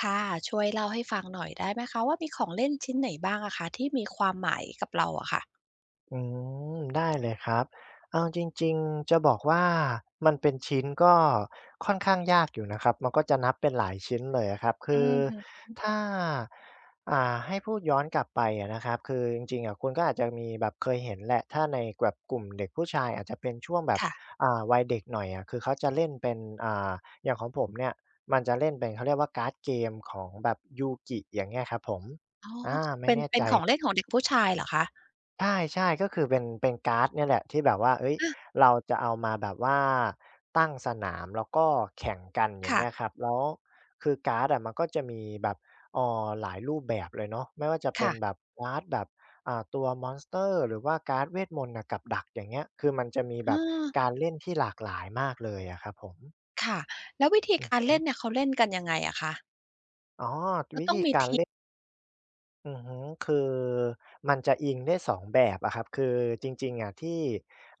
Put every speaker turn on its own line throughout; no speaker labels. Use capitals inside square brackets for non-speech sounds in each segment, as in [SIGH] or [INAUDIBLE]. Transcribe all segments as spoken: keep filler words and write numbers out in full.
ค่ะช่วยเล่าให้ฟังหน่อยได้ไหมคะว่ามีของเล่นชิ้นไหนบ้างอะคะที่มีความหมายกับเราอะค่ะ
อืมได้เลยครับเอาจริงๆจะบอกว่ามันเป็นชิ้นก็ค่อนข้างยากอยู่นะครับมันก็จะนับเป็นหลายชิ้นเลยอะครับ
อื
คือ
อฮึ
ถ้าอ่าให้พูดย้อนกลับไปอะนะครับคือจริงๆอะคุณก็อาจจะมีแบบเคยเห็นแหละถ้าในแบบกลุ่มเด็กผู้ชายอาจจะเป็นช่วงแบบ
ค่ะ
อ่าวัยเด็กหน่อยอะคือเขาจะเล่นเป็นอ่าอย่างของผมเนี่ยมันจะเล่นเป็นเขาเรียกว่าการ์ดเกมของแบบยูกิอย่างเงี้ยครับผม
อ๋อ
อาไม่
เป็น
แน่
เป็
ใจ
นของเล่นของเด็กผู้ชายเหรอคะ
ใช่ๆก็คือเป็นเป็นการ์ดเนี่ยแหละที่แบบว่าเฮ้ย
อา
เราจะเอามาแบบว่าตั้งสนามแล้วก็แข่งกันอย่างเงี้ยค
ค่ะ
รับแล้วคือการ์ดอะมันก็จะมีแบบเอ่อหลายรูปแบบเลยเนาะไม่ว่าจะเป็นแบ
ค่ะ
บการ์ดแบบอ่าตัวมอนสเตอร์หรือว่าการ์ดเวทมนต์น่ะกับดักอย่างเงี้ยคือมันจะมี
เอ
แบบ
อ
การเล่นที่หลากหลายมากเลยอะครับผม
ค่ะแล้ววิธี
อ
การ
ือ
เล่นเนี่ยเขาเล่นกันยังไงอะคะ
อ๋อ
ก็
วิ
ต้อง
ธี
มี
การ
ทีม
เล่น อือฮึคือมันจะอิงได้สองแบบอะครับคือจริงๆอะที่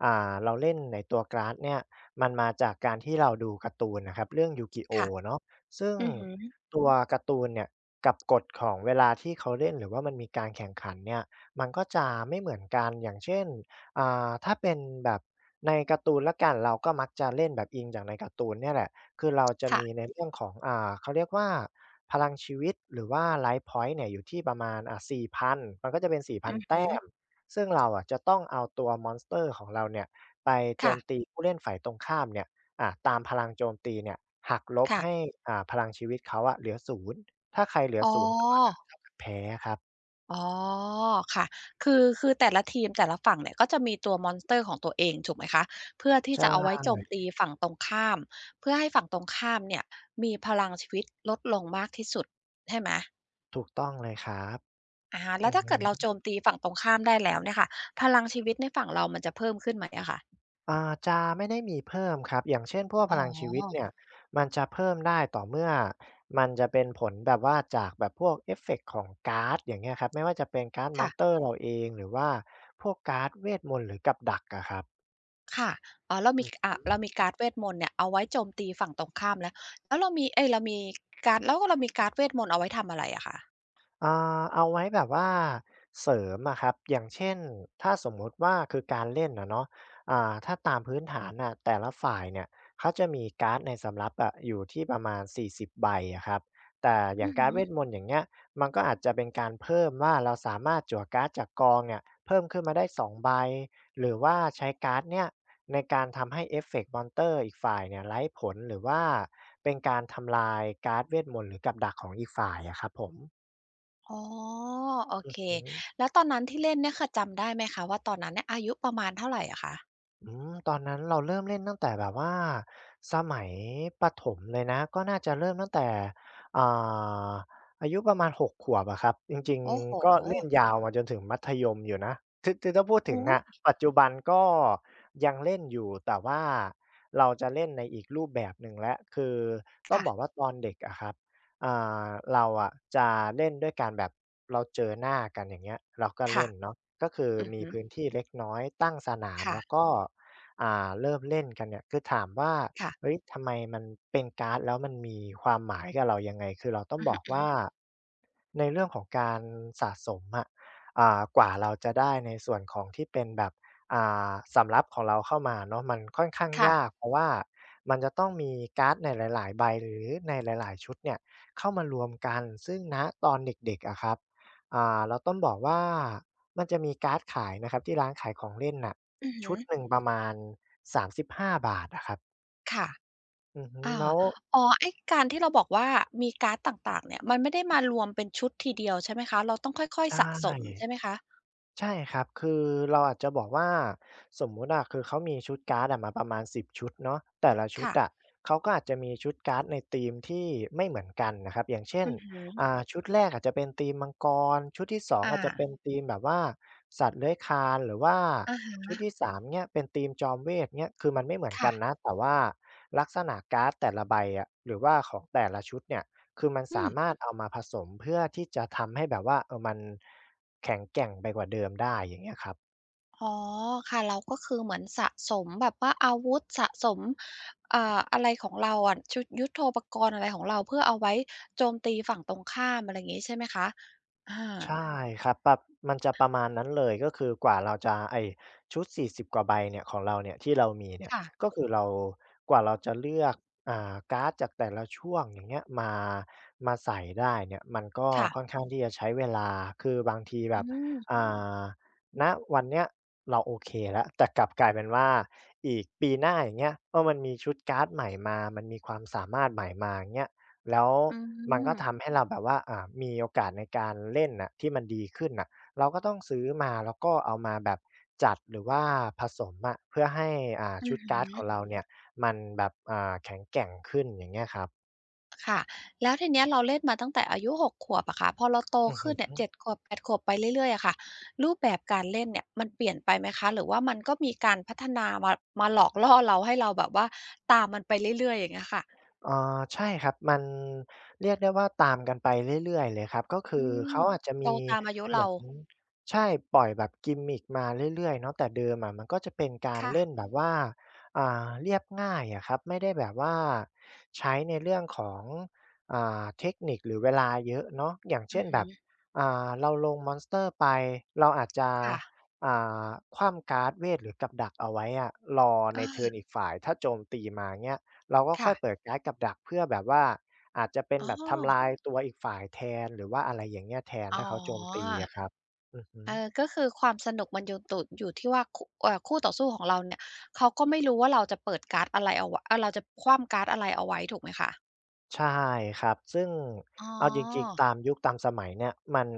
อ่าเราเล่นในตัว g r a s เนี่ยมันมาจากการที่เราดูการ์ตูนน่ะครับเรื่อง
ค่ะ
Yu-Gi-Oh! เนาะซึ่ง
อือฮึ
ตัวการ์ตูนเนี่ยกับกฎของเวลาที่เขาเล่นหรือว่ามันมีการแข่งขันเนี่ยมันก็จะไม่เหมือนกันอย่างเช่นอ่าถ้าเป็นแบบในการ์ตูนแล้วกันเราก็มักจะเล่นแบบอิงจากในการ์ตูนเนี่ยแหละ คือเราจะ
ค่ะ
มีในเรื่องของอ่าเขาเรียกว่าพลังชีวิตหรือว่า Life Point เนี่ยอยู่ที่ประมาณอ่าสี่พันมันก็จะเป็นสี่พัน
อือฮึ
แต้มซึ่งเราอะจะต้องเอาตัว Monster ของเราเนี่ยไปโจ
ค่ะ
มตีผู้เล่นฝ่ายตรงข้ามเนี่ยอ่าตามพลังโจมตีเนี่ยหักลบให้
ค่ะ
อ่าพลังชีวิตเขาอะเหลือศูนย์ถ้าใครเหลือ
อ๋
ศูนย์ก่อนอะ
อ
เท่ากับแพ้ครับ
อ๋อค่ะคือคือแต่ละทีมแต่ละฝั่งเนี่ยก็จะมีตัวมอนสเตอร์ของตัวเองถูกไหมคะเพื่อที่
ใช
จะเอาไว้โจ
่
มตีฝั่งตรงข้ามเพื่อให้ฝั่งตรงข้ามเนี่ยมีพลังชีวิตลดลงมากที่สุดใช่ไหม
ถูกต้องเลยครับ
อะะ
อื
แล้ว
อ
ถ้าเกิดเรา
ฮึ
โจมตีฝั่งตรงข้ามได้แล้วเนี่ยค่ะพลังชีวิตในฝั่งเรามันจะเพิ่มขึ้นไหมอะคะ
อ่าจะไม่ได้มีเพิ่มครับอย่างเช่นพวกพ
อ๋
ลังชีวิต
อ
เนี่ยมันจะเพิ่มได้ต่อเมื่อมันจะเป็นผลแบบว่าจากแบบพวกเอฟเฟกต์ของการ์ดอย่างเงี้ยครับไม่ว่าจะเป็นการ์ดมอ
ค่ะ
นสเตอร์เราเองหรือว่าพวกการ์ดเวทมนต์หรือกับดักอะครับ
ค่ะอ๋อเรามีอ่าเรามีการ์ดเวทมนต์เนี่ยเอาไว้โจมตีฝั่งตรงข้ามแล้วแล้วเรามีเอ๊ยเรามีการ์ดแล้วก็เรามีการ์ดเวทมนต์เอาไว้ทำอะไรอะคะ
อ่าเอาไว้แบบว่าเสริมอะครับอย่างเช่นถ้าสมมุติว่าคือการเล่นนะเนาะอ่าถ้าตามพื้นฐานน่ะแต่ละฝ่ายเนี่ยเขาจะมีการ์ดในสำรับอะอยู่ที่ประมาณสี่สิบใบอะครับแต่อ
อื
ย่าง
อฮึ
การ์ดเวทมนต์อย่างเงี้ยมันก็อาจจะเป็นการเพิ่มว่าเราสามารถจั่วการ์ดจากกองเนี่ยเพิ่มขึ้นมาได้สองใบหรือว่าใช้การ์ดเนี่ยในการทำให้เอฟเฟกต์มอนเตอร์อีกฝ่ายเนี่ยไร้ผลหรือว่าเป็นการทำลายการ์ดเวทมนต์หรือกับดักของอีกฝ่ายอะครับผม
อ๋อโอ
อ
เค
ืม
แล้วตอนนั้นที่เล่นเนี่ยค่ะจำได้ไหมคะว่าตอนนั้นเนี่ยอายุประมาณเท่าไรอะคะ
อืมตอนนั้นเราเริ่มเล่นตั้งแต่แบบว่าสมัยประถมเลยนะก็น่าจะเริ่มตั้งแต่อ่าอายุประมาณหกขวบอะครับจริง
โอ้โฮ
ๆก็เล่นยาวมาจนถึงมัธยมอยู่นะคือคือถ้าพูดถึง
โอ้
อะ
โฮ
ปัจจุบันก็ยังเล่นอยู่แต่ว่าเราจะเล่นในอีกรูปแบบหนึ่งแล้วคือต้องบอก
ค่ะ
ว่าตอนเด็กอะครับอ่าเราอะจะเล่นด้วยการแบบเราเจอหน้ากันอย่างเงี้ยเราก็
ค่ะ
เล่นเนาะก็คือ
อือ
มี
ฮึ
พื้นที่เล็กน้อยตั้งสนาม
ค่ะ
แล้วก็ อ่าเริ่มเล่นกันเนี่ยคือถามว่า
ค่ะ
เฮ้ยทำไมมันเป็นการ์ดแล้วมันมีความหมายกับเรายังไงคือเราต้อง
อือ
บ
ฮึ
อกว่า
ๆ
ในเรื่องของการสะสมอะอ่ากว่าเราจะได้ในส่วนของที่เป็นแบบอ่าสำรับของเราเข้ามาเนาะมันค่อนข้างยาก
ค่ะ
เพราะว่ามันจะต้องมีการ์ดในหลายๆใบหรือในหลายๆชุดเนี่ยเข้ามารวมกันซึ่งณตอนเด็กๆอะครับอ่าเราต้องบอกว่ามันจะมีการ์ดขายนะครับที่ร้านขายของเล่นน่ะ
อือ
ชุ
ฮึ
ดหนึ่งประมาณ฿สามสิบห้าบาทอะครับ
ค่ะ
อือฮึ
อา
แล้ว
อ๋อไอ้การที่เราบอกว่ามีการ์ดต่างๆเนี่ยมันไม่ได้มารวมเป็นชุดทีเดียวใช่ไหมคะเราต้องค่อย
ใช
ๆสะสม
่
ใช่ไหมคะ
ใช่ครับคือเราอาจจะบอกว่าสมมุติอะคือเขามีชุดการ์ดอะมาประมาณสิบชุดเนาะแต่ละชุดอะ
ค่ะ
เขาก็อาจจะมีชุดการ์ดในธีมที่ไม่เหมือนกันนะครับอย่างเช่น
อือฮึ
อ่าชุดแรกอาจจะเป็นธีมมังกรชุดที่สอง
อา
อาจจะเป็นธีมแบบว่าสัตว์เลื้อยคลานหรือว่า
อะฮ
ชุ
ะ
ดที่สามเนี่ยเป็นธีมจอมเวทเงี้ยคือมันไม่เหมือนกั
ค่ะ
นนะแต่ว่าลักษณะการ์ดแต่ละใบอะหรือว่าของแต่ละชุดเนี่ย คือมัน
อื
สา
ม
มารถเอามาผสมเพื่อที่จะทำให้แบบว่าเออมันแข็งแกร่งไปกว่าเดิมได้อย่างเงี้ยครับ
อ๋อค่ะเราก็คือเหมือนสะสมแบบว่าอาวุธสะสมอ่าอะไรของเราอะชุดยุทโธปกรณ์อะไรของเราเพื่อเอาไว้โจมตีฝั่งตรงข้ามอะไรอย่างงี้ใช่ไหมคะอา
ใช่ครับปรับมันจะประมาณนั้นเลยก็คือกว่าเราจะไอ้ชุดสี่สิบกว่าใบเนี่ยของเราเนี่ยที่เรามีเนี่ย
ค่ะ
ก็คือเรากว่าเราจะเลือกอ่าการ์ดจากแต่ละช่วงอย่างเงี้ยมามาใส่ได้เนี่ยมันก็
ค่ะ
ค่อนข้างที่จะใช้เวลาคือบางทีแบ
อื
บ
ม
อ่าณวันเนี้ยเราโอเคแล้วแต่กลับกลายเป็นว่าอีกปีหน้าอย่างเงี้ยเออมันมีชุดการ์ดใหม่มามันมีความสามารถใหม่มาอย่างเงี้ย แล้ว
อื
มันก็ทำ
ม
ให้เราแบบว่าอ่ามีโอกาสในการเล่นน่ะที่มันดีขึ้นน่ะเราก็ต้องซื้อมาแล้วก็เอามาแบบจัดหรือว่าผสมอะเพื่อให้อ่า
อื
ชุด
ม
การ์ดของเราเนี่ยมันแบบอ่าแข็งแกร่งขึ้นอย่างเงี้ยครับ
ค่ะแล้วทีเนี้ยเราเล่นมาตั้งแต่อายุหกขวบอะค่ะพอเราโต
อือฮ
ขึ้นเนี่ย
ึ
เจ็ดขวบแปดขวบไปเรื่อยๆอะค่ะรูปแบบการเล่นเนี่ยมันเปลี่ยนไปไหมคะหรือว่ามันก็มีการพัฒนามามาหลอกล่อเราให้เราแบบว่าตามมันไปเรื่อยๆอย่างเงี้ยค่ะ
อ๋อใช่ครับมันเรียกได้ว่าตามกันไปเรื่อยๆเลยครับก็คื
อื
อ
ม
เขาอาจจะ
โต
มี
ตามอายุ
เหมื
เรา
อนใช่ปล่อยแบบ gimmick มาเรื่อยๆเนาะแต่เดิมอะมันก็จะเป็นการ
ค่ะ
เล่นแบบว่าอ่าเรียบง่ายอะครับไม่ได้แบบว่าใช้ในเรื่องของอ่าเทคนิคหรือเวลาเยอะเนาะอย่าง
อื
เช่น
อ
แบ
ฮึ
บอ่าเราลงมอนสเตอร์ไปเราอาจจะ
ค่ะ
อ่าคว่ำการ์ดเวทหรือกับดักเอาไว้อะรอใน
อา
เทิร์นอีกฝ่ายถ้าโจมตีมาเงี้ย เราก็ค่
ค่ะ
อยเปิดการ์ดกับดักเพื่อแบบว่าอาจจะเป็น
อ๋
แบบทำลา
อ
ยตัวอีกฝ่ายแทนหรือว่าอะไรอย่างเงี้ยแทน
อ๋อ
ถ้าเขาโจมตีอะครับอือฮึ
เออก็คือความสนุกมันอยู่ตุอยู่ที่ว่าคุเอ่อคู่ต่อสู้ของเราเนี่ยเขาก็ไม่รู้ว่าเราจะเปิดการ์ดอะไรเอาวเออเราจะคว่ำการ์ดอะไรเอาไว้ถูกไหมคะ
ใช่ครับซึ่ง
อ๋
เอาจริง
อ
ๆตามยุคตามสมัยเนี่ยมัน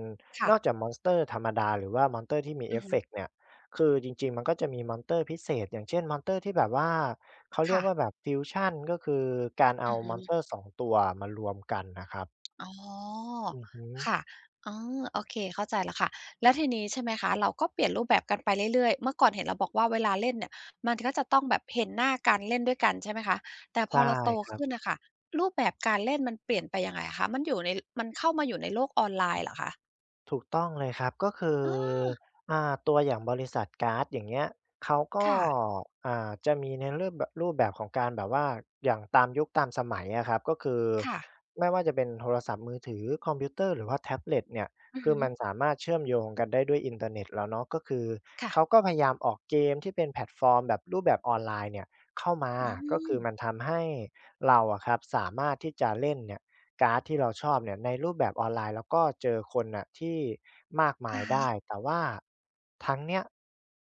น
ค่ะ
อกจากมอนสเตอร์ธรรมดาหรือว่ามอนสเตอร์ที่มีเอ
อือ
ฟ
ฮึ
เฟกต์เนี่ยคือจริงๆมันก็จะมีมอนสเตอร์พิเศษอย่างเช่นมอนสเตอร์ที่แบบว่าเขาเรียก
ค่ะ
ว่าแบบฟิวชันก็คือการเอา
อือ
ม
ฮึ
อนสเตอร์สองตัวมารวมกันน่ะครับ
อ๋อ
อือฮึ
ค่ะอ๋อโอเคเข้าใจแล้วค่ะแล้วทีนี้ใช่ไหมคะเราก็เปลี่ยนรูปแบบกันไปเรื่อยๆเมื่อก่อนเห็นเราบอกว่าเวลาเล่นเนี่ยมันก็จะต้องแบบเห็นหน้ากันเล่นด้วยกันใช่ไหมคะแต่พ
ใช่
อเราโต
ครั
ขึ้น
บ
น่ะค่ะรูปแบบการเล่นมันเปลี่ยนไปยังไงอะคะมันอยู่ในมันเข้ามาอยู่ในโลกออนไลน์เหรอคะ
ถูกต้องเลยครับก็คือ
อ๋อ
อ่าตัวอย่างบริษัทการ์ดอย่างเงี้ยเขาก็
ค่ะ
อ่าจะมีในรูปแบบรูปแบบของการแบบว่าอย่างตามยุคตามสมัยอะครับก็คือ
ค่ะ
ไม่ว่าจะเป็นโทรศัพท์มือถือคอมพิวเตอร์หรือว่าแท็บเล็ตเนี่ย
อือ
คือ
ฮึ
มันสามารถเชื่อมโยงกันได้ด้วยอินเทอร์เน็ตแล้วเนาะก็คือเขา
ค่ะ
ก็พยายามออกเกมที่เป็นแพลตฟอร์มแบบรูปแบบออนไลน์เนี่ยเข้ามา
อื
ก็คื
ม
อมันทำให้เราอะครับสามารถที่จะเล่นเนี่ย การ์ดที่เราชอบเนี่ยในรูปแบบออนไลน์แล้วก็เจอคนน่ะที่มากมาย
อะ
ได้
ฮะ
แต่ว่าทั้งเนี้ย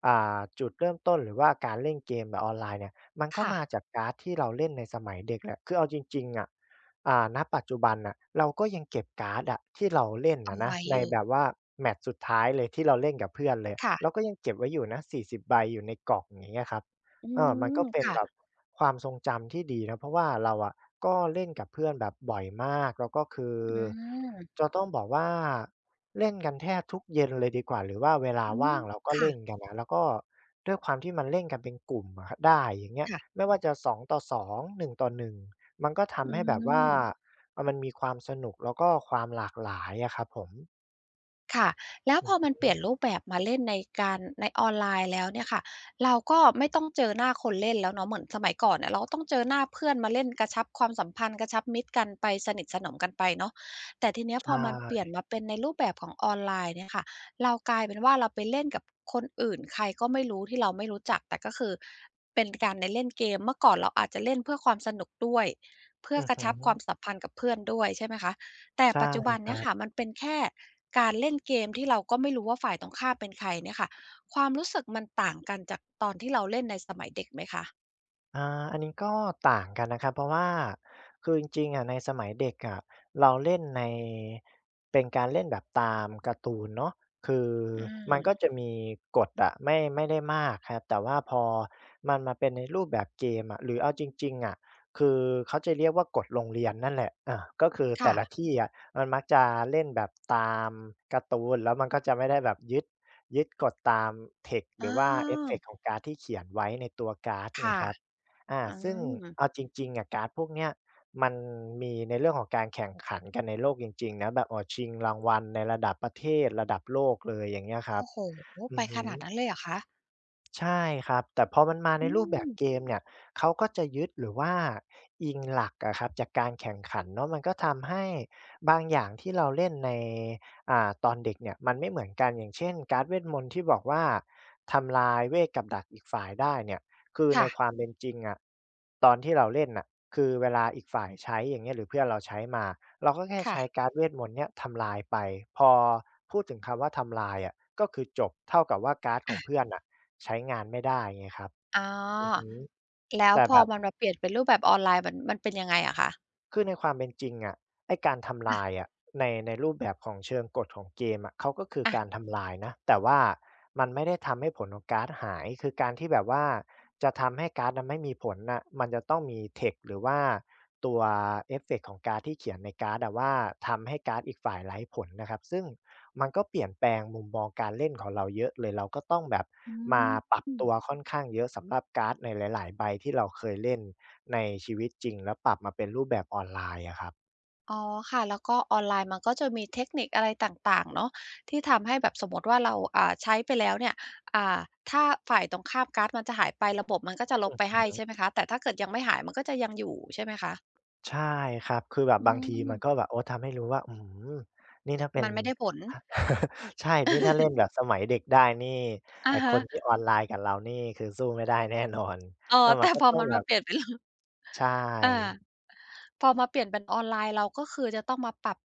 อ่าจุดเริ่มต้นหรือว่าการเล่นเกมแบบออนไลน์เนี่ยมันก็
ค่ะ
มาจากการ์ดที่เราเล่นในสมัยเด็กแหละคือเอาจริงๆอะอ่าณปัจจุบันน่ะเราก็ยังเก็บการ์ดอะที่เราเล่น
เอา
อะนะ
ไว้
ใน
อยู่
แบบว่าแมตช์สุดท้ายเลยที่เราเล่นกับเพื่อนเลย
ค่ะ
เราก็ยังเก็บไว้อยู่นะสี่สิบใบอยู่ในกล่องอย่างเงี้ยครับ
อื
เออมัน
ม
ก็เป็น
ค่ะ
แบบความทรงจำที่ดีนะเพราะว่าเราอะก็เล่นกับเพื่อนแบบบ่อยมากแล้วก็คือ
อืม
จะต้องบอกว่าเล่นกันแทบทุกเย็นเลยดีกว่าหรือว่าเวลา
อื
ว่า
ม
งเราก็
ค่ะ
เล่นกันนะแล้วก็ด้วยความที่มันเล่นกันเป็นกลุ่มอะครับได้อย่างเงี้ย
ค่ะ
ไม่ว่าจะสองต่อสองหนึ่งต่อหนึ่งมันก็
อื
ทำให้แบบอืว่าม
ม
เออมันมีความสนุกแล้วก็ความหลากหลายอะครับผม
ค่ะแล้วพอ
อืม
มันเปลี่ยนรูปแบบมาเล่นในการในออนไลน์แล้วเนี่ยค่ะเราก็ไม่ต้องเจอหน้าคนเล่นแล้วเนาะเหมือนสมัยก่อนเนี่ยเราก็ต้องเจอหน้าเพื่อนมาเล่นกระชับความสัมพันธ์กระชับมิตรกันไปสนิทสนมกันไปเนาะแต่ทีเนี้ย
ใช
พอมันเปลี่ย
่
นมาเป็นในรูปแบบของออนไลน์เนี่ยค่ะเรากลายเป็นว่าเราไปเล่นกับคนอื่นใครก็ไม่รู้ที่เราไม่รู้จักแต่ก็คือเป็นการในเล่นเกมเมื่อก่อนเราอาจจะเล่นเพื่อความสนุกด้วยเพื่อ
อือ
กระ
ฮึ
ชับความสัมพันธ์กับเพื่อนด้วยใช่ไหมคะ แต่
ใช่
ปัจจุบัน
ค
เนี่
รั
ยค่ะ
บ
มันเป็นแค่การเล่นเกมที่เราก็ไม่รู้ว่าฝ่ายตรงข้ามเป็นใครเนี่ยค่ะความรู้สึกมันต่างกันจากตอนที่เราเล่นในสมัยเด็กไหมคะ
อาอันนี้ก็ต่างกันนะครับเพราะว่าคือจริงๆอะในสมัยเด็กอะเราเล่นในเป็นการเล่นแบบตามการ์ตูนเนาะคืออ
อื
ื
ม
มันมก็จะมีกฎอะไม่ไม่ได้มากครับแต่ว่าพอมันมาเป็นในรูปแบบเกมอะหรือเอาจริงๆอะคือเขาจะเรียกว่ากฎโรงเรียนนั่นแหละอาก็คือแต่
ค่ะ
ละที่อะมันมักจะเล่นแบบตามการ์ตูนแล้วมันก็จะไม่ได้แบบยึดยึดกฎตาม text หรือ
อา
ว่าเอฟเฟกต์ของการ์ดที่เขียนไว้ในตัวการ์ดไง
ค่ะ
ครับ อา
อื
ซึ่ง
ม
เอาจริงๆอะการ์ดพวกเนี้ยมันมีในเรื่องของการแข่งขันกันในโลกจริงๆนะแบบอ๋อชิงรางวัลในระดับประเทศระดับโลกเลยอย่างเงี้ยครับ
โอ้โฮ
อื
ไป
อ
ข
ฮึ
นาดนั้นเลยเหรอคะ
ใช่ครับแต่พอมันมาใน
อื
รูปแบ
ม
บเกมเนี่ยเขาก็จะยึดหรือว่าอิงหลักอะครับจากการแข่งขันเนาะมันก็ทำให้บางอย่างที่เราเล่นในอ่าตอนเด็กเนี่ยมันไม่เหมือนกันอย่างเช่นการ์ดเวทมนต์ที่บอกว่าทำลายเวทกับดักอีกฝ่ายได้เนี่ยคือใน
ค่ะ
ความเป็นจริงอะตอนที่เราเล่นน่ะคือเวลาอีกฝ่ายใช้อย่างเงี้ยหรือเพื่อนเราใช้มา เราก็แค่ใช้
ค่ะ
การ์ดเวทมนต์เนี่ยทำลายไปพอพูดถึงคำว่าทำลายอะก็คือจบเท่ากับว่าการ์ดของเพื่
อะ
อนน่ะใช้งานไม่ได้ไงครับ
อ๋อ
อือฮึ
แล้ว
แต่
พ
แบ
อ
บ
มันมาเปลี่ยนเป็นรูปแบบออนไลน์มันมันเป็นยังไงอะคะ
คือในความเป็นจริงอะไอ้การทำ
อะ
ลายอะในในรูปแบบของเชิงกฎของเกมอะเขาก็คือ
อะ
การทำลายนะแต่ว่ามันไม่ได้ทำให้ผลของการ์ดหายคือการที่แบบว่าจะทำให้การ์ดนะไม่มีผลน่ะมันจะต้องมีเทกหรือว่าตัวเอฟเฟกต์ของการ์ดที่เขียนในการ์ดอะว่าทำให้การ์ดอีกฝ่ายไร้ผลนะครับซึ่งมันก็เปลี่ยนแปลงมุมมองการเล่นของเราเยอะเลยเราก็ต้องแบบ
อื
มาปรับ
ม
ตัวค่อนข้างเยอะสำหรับการ์ดในหลายๆใบที่เราเคยเล่น ในชีวิตจริงแล้วปรับมาเป็นรูปแบบออนไลน์อะครับ
อ๋อค่ะแล้วก็ออนไลน์มันก็จะมีเทคนิคอะไรต่างๆเนาะที่ทำให้แบบสมมติว่าเราอ่าใช้ไปแล้วเนี่ยอ่าถ้าฝ่ายตรงข้ามการ์ดมันจะหายไประบบมันก็จะลบไปให้ใช่ไหมคะแต่ถ้าเกิดยังไม่หายมันก็จะยังอยู่ใช่ไหมคะ
ใช่ครับคือแบบ
อื
บางทีมันก็แบ
ม
บโอ้ทำให้รู้ว่าอื้อฮือนี่ถ้าเป็น
มันไม่ได้ผล
[LAUGHS] ฮใช่นี่ถ้าเล่นแบบสมัยเด็กได้นี่
อะ
ไอ้ค
ฮะ
น
[LAUGHS]
ที่ออนไลน์กับเรานี่คือสู้ไม่ได้แน่นอน
เอ๋อ
เออมัน
แต่
ก็
พอ
ต้อง
มัน
แบ
มา
บ
เปลี่ยนเป็น [LAUGHS]
ใช
อา
่
พอมาเปลี่ยนเป็นออนไลน์เราก็คือจะต้องมาปรับ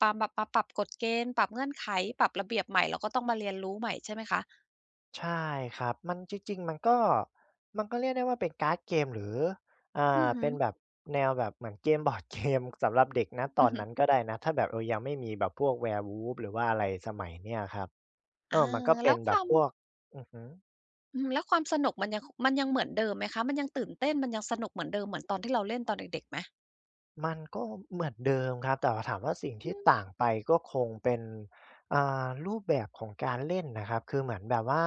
ปรับมาปรับกฎเกณฑ์ปรับเงื่อนไขปรับระเบียบใหม่เราก็ต้องมาเรียนรู้ใหม่ใช่ไหมคะ
ใช่ครับมันจริงๆมันก็มันก็เรียกได้ว่าเป็นการ์ดเกมหรือ
อื
อ่า
อฮึ
เป็นแบบแนวแบบเหมือนเกมบอร์ดเกม [LAUGHS] สำหรับเด็กณต
อื
อ
อ
น
ฮึ
นั้นก็ได้นะถ้าแบบเออยังไม่มีแบบพวก แวร์วูล์ฟ หรือว่าอะไรสมัยเนี้ยครับ เอ
อา
อมันก็เป็
แล้
น
วค
แบบ
วาม
พวกอือฮึ
อืมแล้วความสนุกมันยังคมันยังเหมือนเดิมไหมคะมันยังตื่นเต้นมันยังสนุกเหมือนเดิมเหมือนตอนที่เราเล่นตอนเด็กๆไหม
มันก็เหมือนเดิมครับแต่ว่าถามว่าสิ่ง
อื
ที่
ม
ต่างไปก็คงเป็นอ่ารูปแบบของการเล่นนะครับคือเหมือนแบบว่า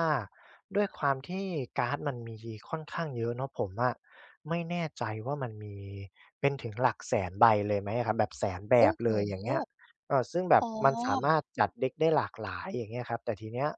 ด้วยความที่การ์ดมันมีค่อนข้างเยอะเนาะผมอะไม่แน่ใจว่ามันมีเป็นถึงหลักแสนใบเลยไหมอะครับแบบแสนแบ
โอ้
บ
โฮ
เลยอย่างเงี้ยเอ่อซึ่งแบบ
อ๋อ
มันสามารถจัด เด็ค ได้หลากหลายอย่างเงี้ยครับแต่ทีเนี้ย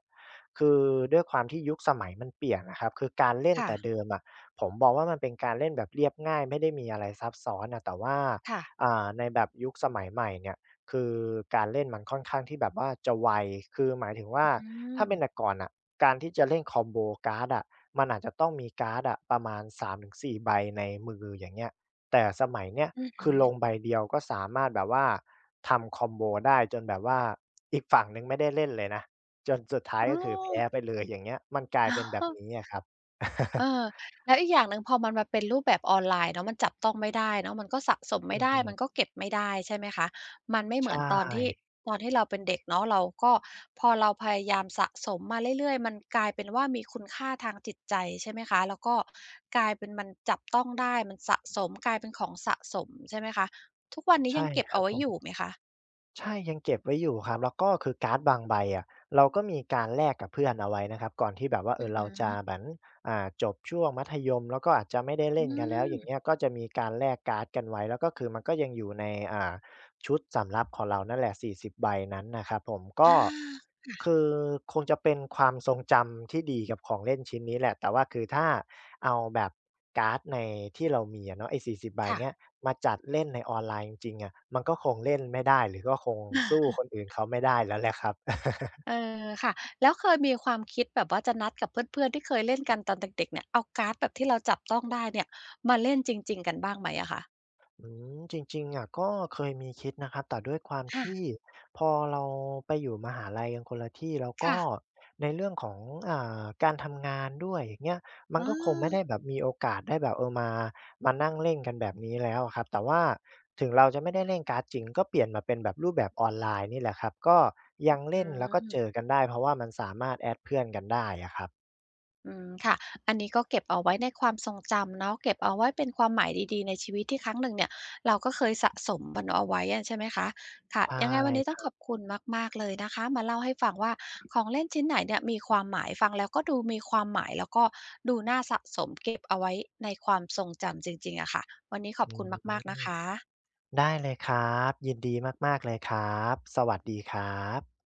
คือด้วยความที่ยุคสมัยมันเปลี่ยนนะครับคือการเล่น
ค่ะ
แต่เดิมอะผมมองว่ามันเป็นการเล่นแบบเรียบง่ายไม่ได้มีอะไรซับซ้อนอะแต่ว่า
ค่ะ
อ่าในแบบยุคสมัยใหม่เนี่ยคือการเล่นมันค่อนข้างที่แบบว่าจะไวคือหมายถึงว่า
อื
ถ้าเป็น
ม
แต่ก่อนน่ะการที่จะเล่นคอมโบการ์ดอะมันอาจจะต้องมีการ์ดอะประมาณสามถึงสี่ใบในมืออย่างเงี้ยแต่สมัยเนี้ย
อือ
คือล
ฮึ
งใบเดียวก็สามารถแบบว่าทำคอมโบได้จนแบบว่าอีกฝั่งหนึ่งไม่ได้เล่นเลยนะจนสุดท้าย
อ้อ
ก็คือแพ้ไปเลยอย่างเงี้ยมันกลาย
อ๋อ
เป็นแบบนี้อะครับ [LAUGHS]
เออแล้วอีกอย่างหนึ่งพอมันมาเป็นรูปแบบออนไลน์เนาะมันจับต้องไม่ได้เนาะมันก็สะสม
อื
ไม่
อ
ได้มันก็
ฮึ
เก็บไม่ได้ใช่ไหมคะมันไม่
ใช
เหมือนตอนที่
่
ตอนที่เราเป็นเด็กเนาะเราก็พอเราพยายามสะสมมาเรื่อยๆมันกลายเป็นว่ามีคุณค่าทางจิตใจใช่ไหมคะแล้วก็กลายเป็นมันจับต้องได้มันสะสมกลายเป็นของสะสมใช่ไหมคะทุกวันนี้
ใช่
ยังเก็บ
ครั
เอา
บ
ไว้
ผม
อยู่ไหมคะ
ใช่ยังเก็บไว้อยู่ครับแล้วก็คือการ์ดบางใบอะเราก็มีการแลกกับเพื่อนเอาไว้นะครับก่อนที่แบบว่าเอ
อื
อ
อ
เรา
ฮึ
จะเหมือนอ่าจบช่วงมัธยมแล้วก็อาจจะไม่ได้
อื
เล่นกันแล้วอย่าง
ม
เงี้ยก็จะมีการแลกการ์ดกันไว้แล้วก็คือมันก็ยังอยู่ในอ่าชุดสำรับของเรานั่นแหละสี่สิบใบนั้นนะครับผมก็
อา
คือคงจะเป็นความทรงจำที่ดีกับของเล่นชิ้นนี้แหละแต่ว่าคือถ้าเอาแบบการ์ดในที่เรามีอะเนาะไอ้สี่สิบใบเนี่ย
ค่ะ
มาจัดเล่นในออนไลน์จริงๆอะมันก็คงเล่นไม่ได้หรือก็คงสู้คนอื่นเขาไม่ได้แล้วแหละครับ
เออค่ะแล้วเคยมีความคิดแบบว่าจะนัดกับเพื่อนๆที่เคยเล่นกันตอนเด็กๆเนี่ยเอาการ์ดแบบที่เราจับต้องได้เนี่ยมาเล่นจริงๆกันบ้างไหมอะคะ
อืมจริงๆอะก็เคยมีคิดนะครับแต่ด้วยความ
ค่ะ
ที่พอเราไปอยู่มหาลัยกันคนละที่แล้วก็
ค่ะ
ในเรื่องของอ่าการทำงานด้วยอย่างเงี้ยมัน
เอ
ก็คงไม่ได้แบ
อ
บมีโอกาสได้แบบเออมามานั่งเล่นกันแบบนี้แล้วอะครับแต่ว่าถึงเราจะไม่ได้เล่นการ์ดจริงก็เปลี่ยนมาเป็นแบบรูปแบบออนไลน์นี่แหละครับก็ยัง
อื
เล่นแล้วก็
ม
เจอกันได้เพราะว่ามันสามารถ แอด เพื่อนกันได้อะครับ
อืมค่ะอันนี้ก็เก็บเอาไว้ในความทรงจำเนาะเก็บเอาไว้เป็นความหมายดีๆในชีวิตที่ครั้งหนึ่งเนี่ยเราก็เคยสะสมมันเอาไว้อะใช่ไหมคะค่ะ
ใช่
ยังไงวันนี้
ค
ต้อง
รั
ขอบ
บ
คุณมากๆเลยนะคะมาเล่าให้ฟังว่าของเล่นชิ้นไหนเนี่ยมีความหมายฟังแล้วก็ดูมีความหมายแล้วก็ดูน่าสะสมเก็บเอาไว้ในความทรงจำจริงๆอะค่ะวันนี้ขอบ
อื
คุณ
ม
มากๆนะคะ
ได้เลยครับยินดีมากๆเลยครับสวัสดีครับ